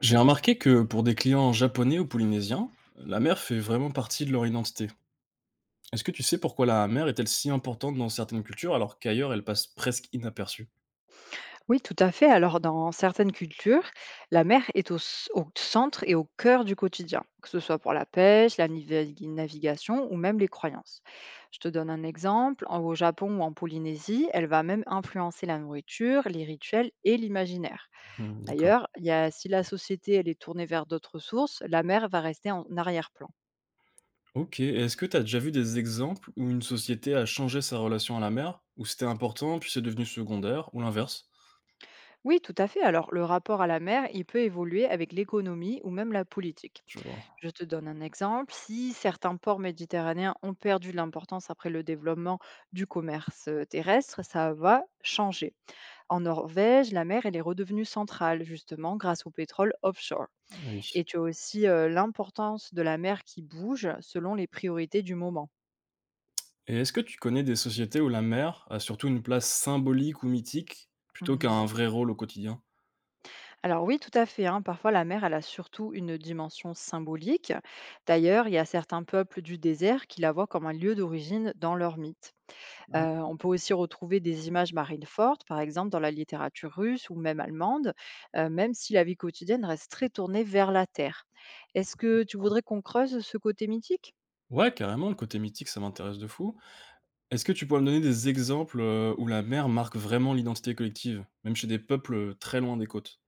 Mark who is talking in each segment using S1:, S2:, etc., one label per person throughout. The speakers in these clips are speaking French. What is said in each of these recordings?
S1: J'ai remarqué que pour des clients japonais ou polynésiens, la mer fait vraiment partie de leur identité. Est-ce que tu sais pourquoi la mer est-elle si importante dans certaines cultures alors qu'ailleurs elle passe presque inaperçue?
S2: Oui, tout à fait. Alors, dans certaines cultures, la mer est au centre et au cœur du quotidien, que ce soit pour la pêche, la navigation ou même les croyances. Je te donne un exemple. Au Japon ou en Polynésie, elle va même influencer la nourriture, les rituels et l'imaginaire.
S1: D'accord.
S2: D'ailleurs, si la société elle est tournée vers d'autres sources, la mer va rester en arrière-plan.
S1: Ok, et est-ce que tu as déjà vu des exemples où une société a changé sa relation à la mer, où c'était important puis c'est devenu secondaire, ou l'inverse?
S2: Oui, tout à fait. Alors, le rapport à la mer, il peut évoluer avec l'économie ou même la politique.
S1: Je vois,
S2: Je te donne un exemple. Si certains ports méditerranéens ont perdu de l'importance après le développement du commerce terrestre, ça va changer. En Norvège, la mer, elle est redevenue centrale, justement, grâce au pétrole offshore.
S1: oui.
S2: Et tu as aussi l'importance de la mer qui bouge selon les priorités du moment.
S1: Et est-ce que tu connais des sociétés où la mer a surtout une place symbolique ou mythique plutôt
S2: Mhm.
S1: qu'un vrai rôle au quotidien?
S2: Alors oui, tout à fait. Hein, Parfois, la mer, elle a surtout une dimension symbolique. D'ailleurs, il y a certains peuples du désert qui la voient comme un lieu d'origine dans leur mythe.
S1: Ah oui.
S2: On peut aussi retrouver des images marines fortes, par exemple dans la littérature russe ou même allemande, même si la vie quotidienne reste très tournée vers la terre. Est-ce que tu voudrais qu'on creuse ce côté mythique?
S1: Ouais, carrément, le côté mythique, ça m'intéresse de fou. Est-ce que tu pourrais me donner des exemples, où la mer marque vraiment l'identité collective? Même chez des peuples, très loin des côtes.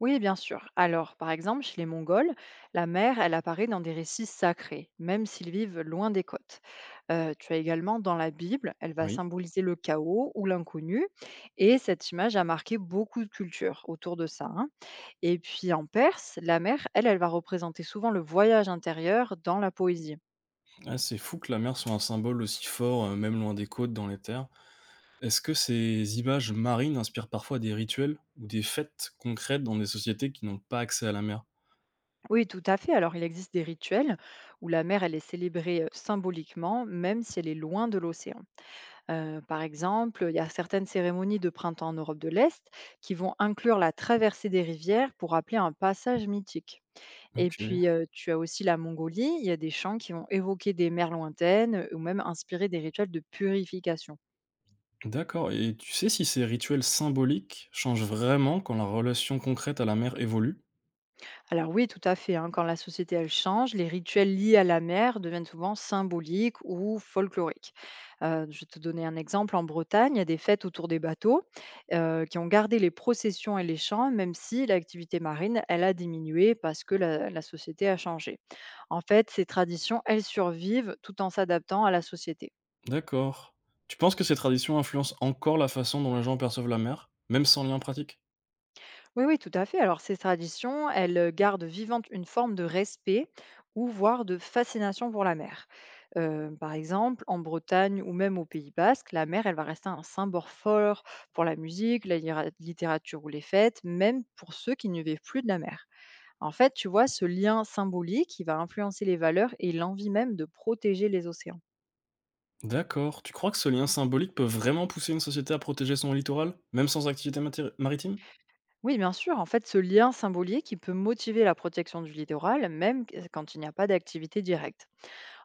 S2: Oui, bien sûr. Alors, par exemple, chez les Mongols, la mer, elle apparaît dans des récits sacrés, même s'ils vivent loin des côtes. Tu as également dans la Bible, elle va
S1: Oui.
S2: symboliser le chaos ou l'inconnu et cette image a marqué beaucoup de cultures autour de ça, hein. Et puis en perse, la mer, elle va représenter souvent le voyage intérieur dans la poésie.
S1: Ah, c'est fou que la mer soit un symbole aussi fort, même loin des côtes, dans les terres. Est-ce que ces images marines inspirent parfois des rituels ou des fêtes concrètes dans des sociétés qui n'ont pas accès à la mer?
S2: Oui, tout à fait. Alors il existe des rituels où la mer, elle est célébrée symboliquement, même si elle est loin de l'océan. Par exemple, il y a certaines cérémonies de printemps en Europe de l'Est qui vont inclure la traversée des rivières pour rappeler un passage mythique. Et
S1: OK,
S2: puis, tu as aussi la Mongolie, il y a des chants qui vont évoquer des mers lointaines ou même inspirer des rituels de purification.
S1: d'accord, et tu sais si ces rituels symboliques changent vraiment quand la relation concrète à la mer évolue?
S2: Alors oui, tout à fait. Hein, Quand la société elle change, les rituels liés à la mer deviennent souvent symboliques ou folkloriques. Je vais te donner un exemple. En Bretagne, il y a des fêtes autour des bateaux qui ont gardé les processions et les chants, même si l'activité marine elle a diminué parce que la société a changé. En fait, ces traditions elles survivent tout en s'adaptant à la société.
S1: D'accord. Tu penses que ces traditions influencent encore la façon dont les gens perçoivent la mer, même sans lien pratique?
S2: Oui, oui, tout à fait. Alors, ces traditions, elles gardent vivante une forme de respect ou voire de fascination pour la mer. Par exemple, en Bretagne ou même au Pays Basque, la mer, elle va rester un symbole fort pour la musique, la littérature ou les fêtes, même pour ceux qui ne vivent plus de la mer. En fait, tu vois, ce lien symbolique, il va influencer les valeurs et l'envie même de protéger les océans.
S1: D'accord. Tu crois que ce lien symbolique peut vraiment pousser une société à protéger son littoral, même sans activité matéri- maritime?
S2: Oui, bien sûr, en fait, ce lien symbolique, il peut motiver la protection du littoral, même quand il n'y a pas d'activité directe.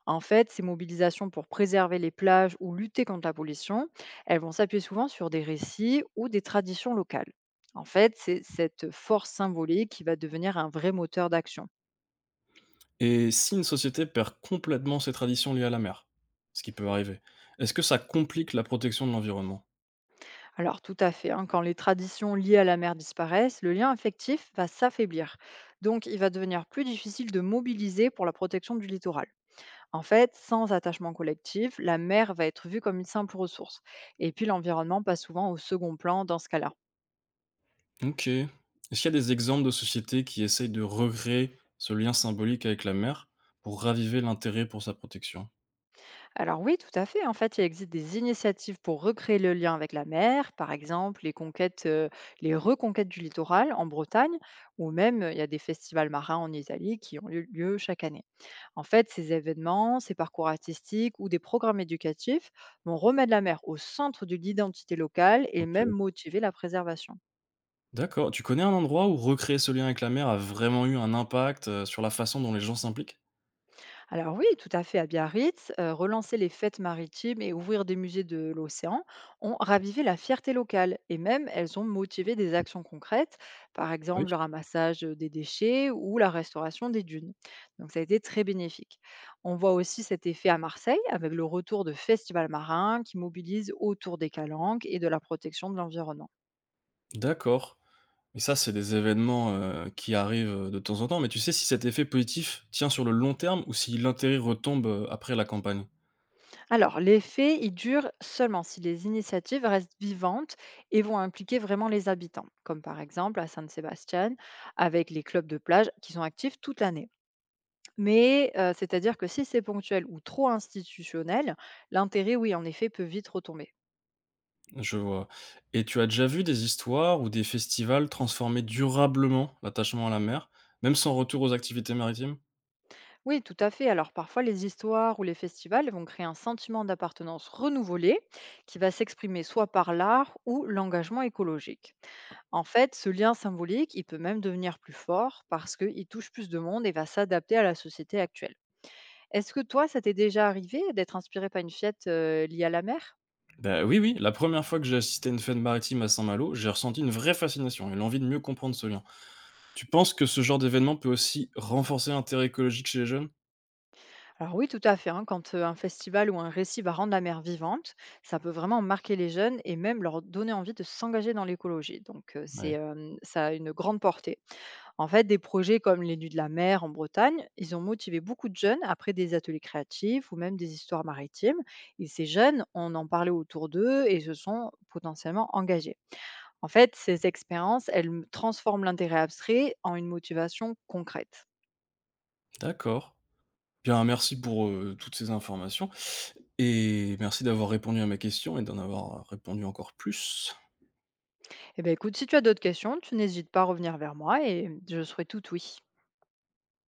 S2: En fait, ces mobilisations pour préserver les plages ou lutter contre la pollution, elles vont s'appuyer souvent sur des récits ou des traditions locales. En fait, c'est cette force symbolique qui va devenir un vrai moteur d'action.
S1: Et si une société perd complètement ses traditions liées à la mer, ce qui peut arriver, est-ce que ça complique la protection de l'environnement?
S2: Alors tout à fait, hein, quand les traditions liées à la mer disparaissent, le lien affectif va s'affaiblir. Donc il va devenir plus difficile de mobiliser pour la protection du littoral. En fait, sans attachement collectif, la mer va être vue comme une simple ressource. Et puis l'environnement passe souvent au second plan dans ce cas-là.
S1: Ok. Est-ce qu'il y a des exemples de sociétés qui essayent de recréer ce lien symbolique avec la mer pour raviver l'intérêt pour sa protection?
S2: Alors oui, tout à fait. En fait, il existe des initiatives pour recréer le lien avec la mer, par exemple les conquêtes, les reconquêtes du littoral en Bretagne, ou même il y a des festivals marins en Italie qui ont lieu chaque année. En fait, ces événements, ces parcours artistiques ou des programmes éducatifs vont remettre la mer au centre de l'identité locale et même
S1: Ok.
S2: motiver la préservation.
S1: D'accord. Tu connais un endroit où recréer ce lien avec la mer a vraiment eu un impact sur la façon dont les gens s'impliquent?
S2: Alors oui, tout à fait, à Biarritz, relancer les fêtes maritimes et ouvrir des musées de l'océan ont ravivé la fierté locale et même elles ont motivé des actions concrètes, par
S1: Ah oui.
S2: exemple le ramassage des déchets ou la restauration des dunes. Donc ça a été très bénéfique. On voit aussi cet effet à Marseille avec le retour de festivals marins qui mobilisent autour des calanques et de la protection de l'environnement.
S1: D'accord. Et ça, c'est des événements, qui arrivent, de temps en temps, mais tu sais si cet effet positif tient sur le long terme ou si l'intérêt retombe, après la campagne?
S2: Alors, l'effet, il dure seulement si les initiatives restent vivantes et vont impliquer vraiment les habitants, comme par exemple à San-Sébastien, avec les clubs de plage qui sont actifs toute l'année. Mais c'est-à-dire que si c'est ponctuel ou trop institutionnel, l'intérêt, oui, en effet, peut vite retomber.
S1: Je vois. Et tu as déjà vu des histoires ou des festivals transformer durablement l'attachement à la mer, même sans retour aux activités maritimes?
S2: Oui, tout à fait. Alors parfois, les histoires ou les festivals vont créer un sentiment d'appartenance renouvelé qui va s'exprimer soit par l'art ou l'engagement écologique. En fait, ce lien symbolique, il peut même devenir plus fort parce qu'il touche plus de monde et va s'adapter à la société actuelle. Est-ce que toi, ça t'est déjà arrivé d'être inspiré par une fête liée à la mer?
S1: Bah, oui, oui, la première fois que j'ai assisté à une fête maritime à Saint-Malo, j'ai ressenti une vraie fascination et l'envie de mieux comprendre ce lien. Tu penses que ce genre d'événement peut aussi renforcer l'intérêt écologique chez les jeunes?
S2: Alors oui, tout à fait. Hein, Quand un festival ou un récit va rendre la mer vivante, ça peut vraiment marquer les jeunes et même leur donner envie de s'engager dans l'écologie. Donc
S1: Oui,
S2: ça a une grande portée. En fait, des projets comme les Nuits de la mer en Bretagne, ils ont motivé beaucoup de jeunes après des ateliers créatifs ou même des histoires maritimes. Et ces jeunes, on en parlait autour d'eux et se sont potentiellement engagés. En fait, ces expériences, transforment l'intérêt abstrait en une motivation concrète.
S1: d'accord. Bien, merci pour, toutes ces informations. Et merci d'avoir répondu à ma question et d'en avoir répondu encore plus.
S2: Eh bien, écoute, si tu as d'autres questions, tu n'hésites pas à revenir vers moi et je serai tout oui.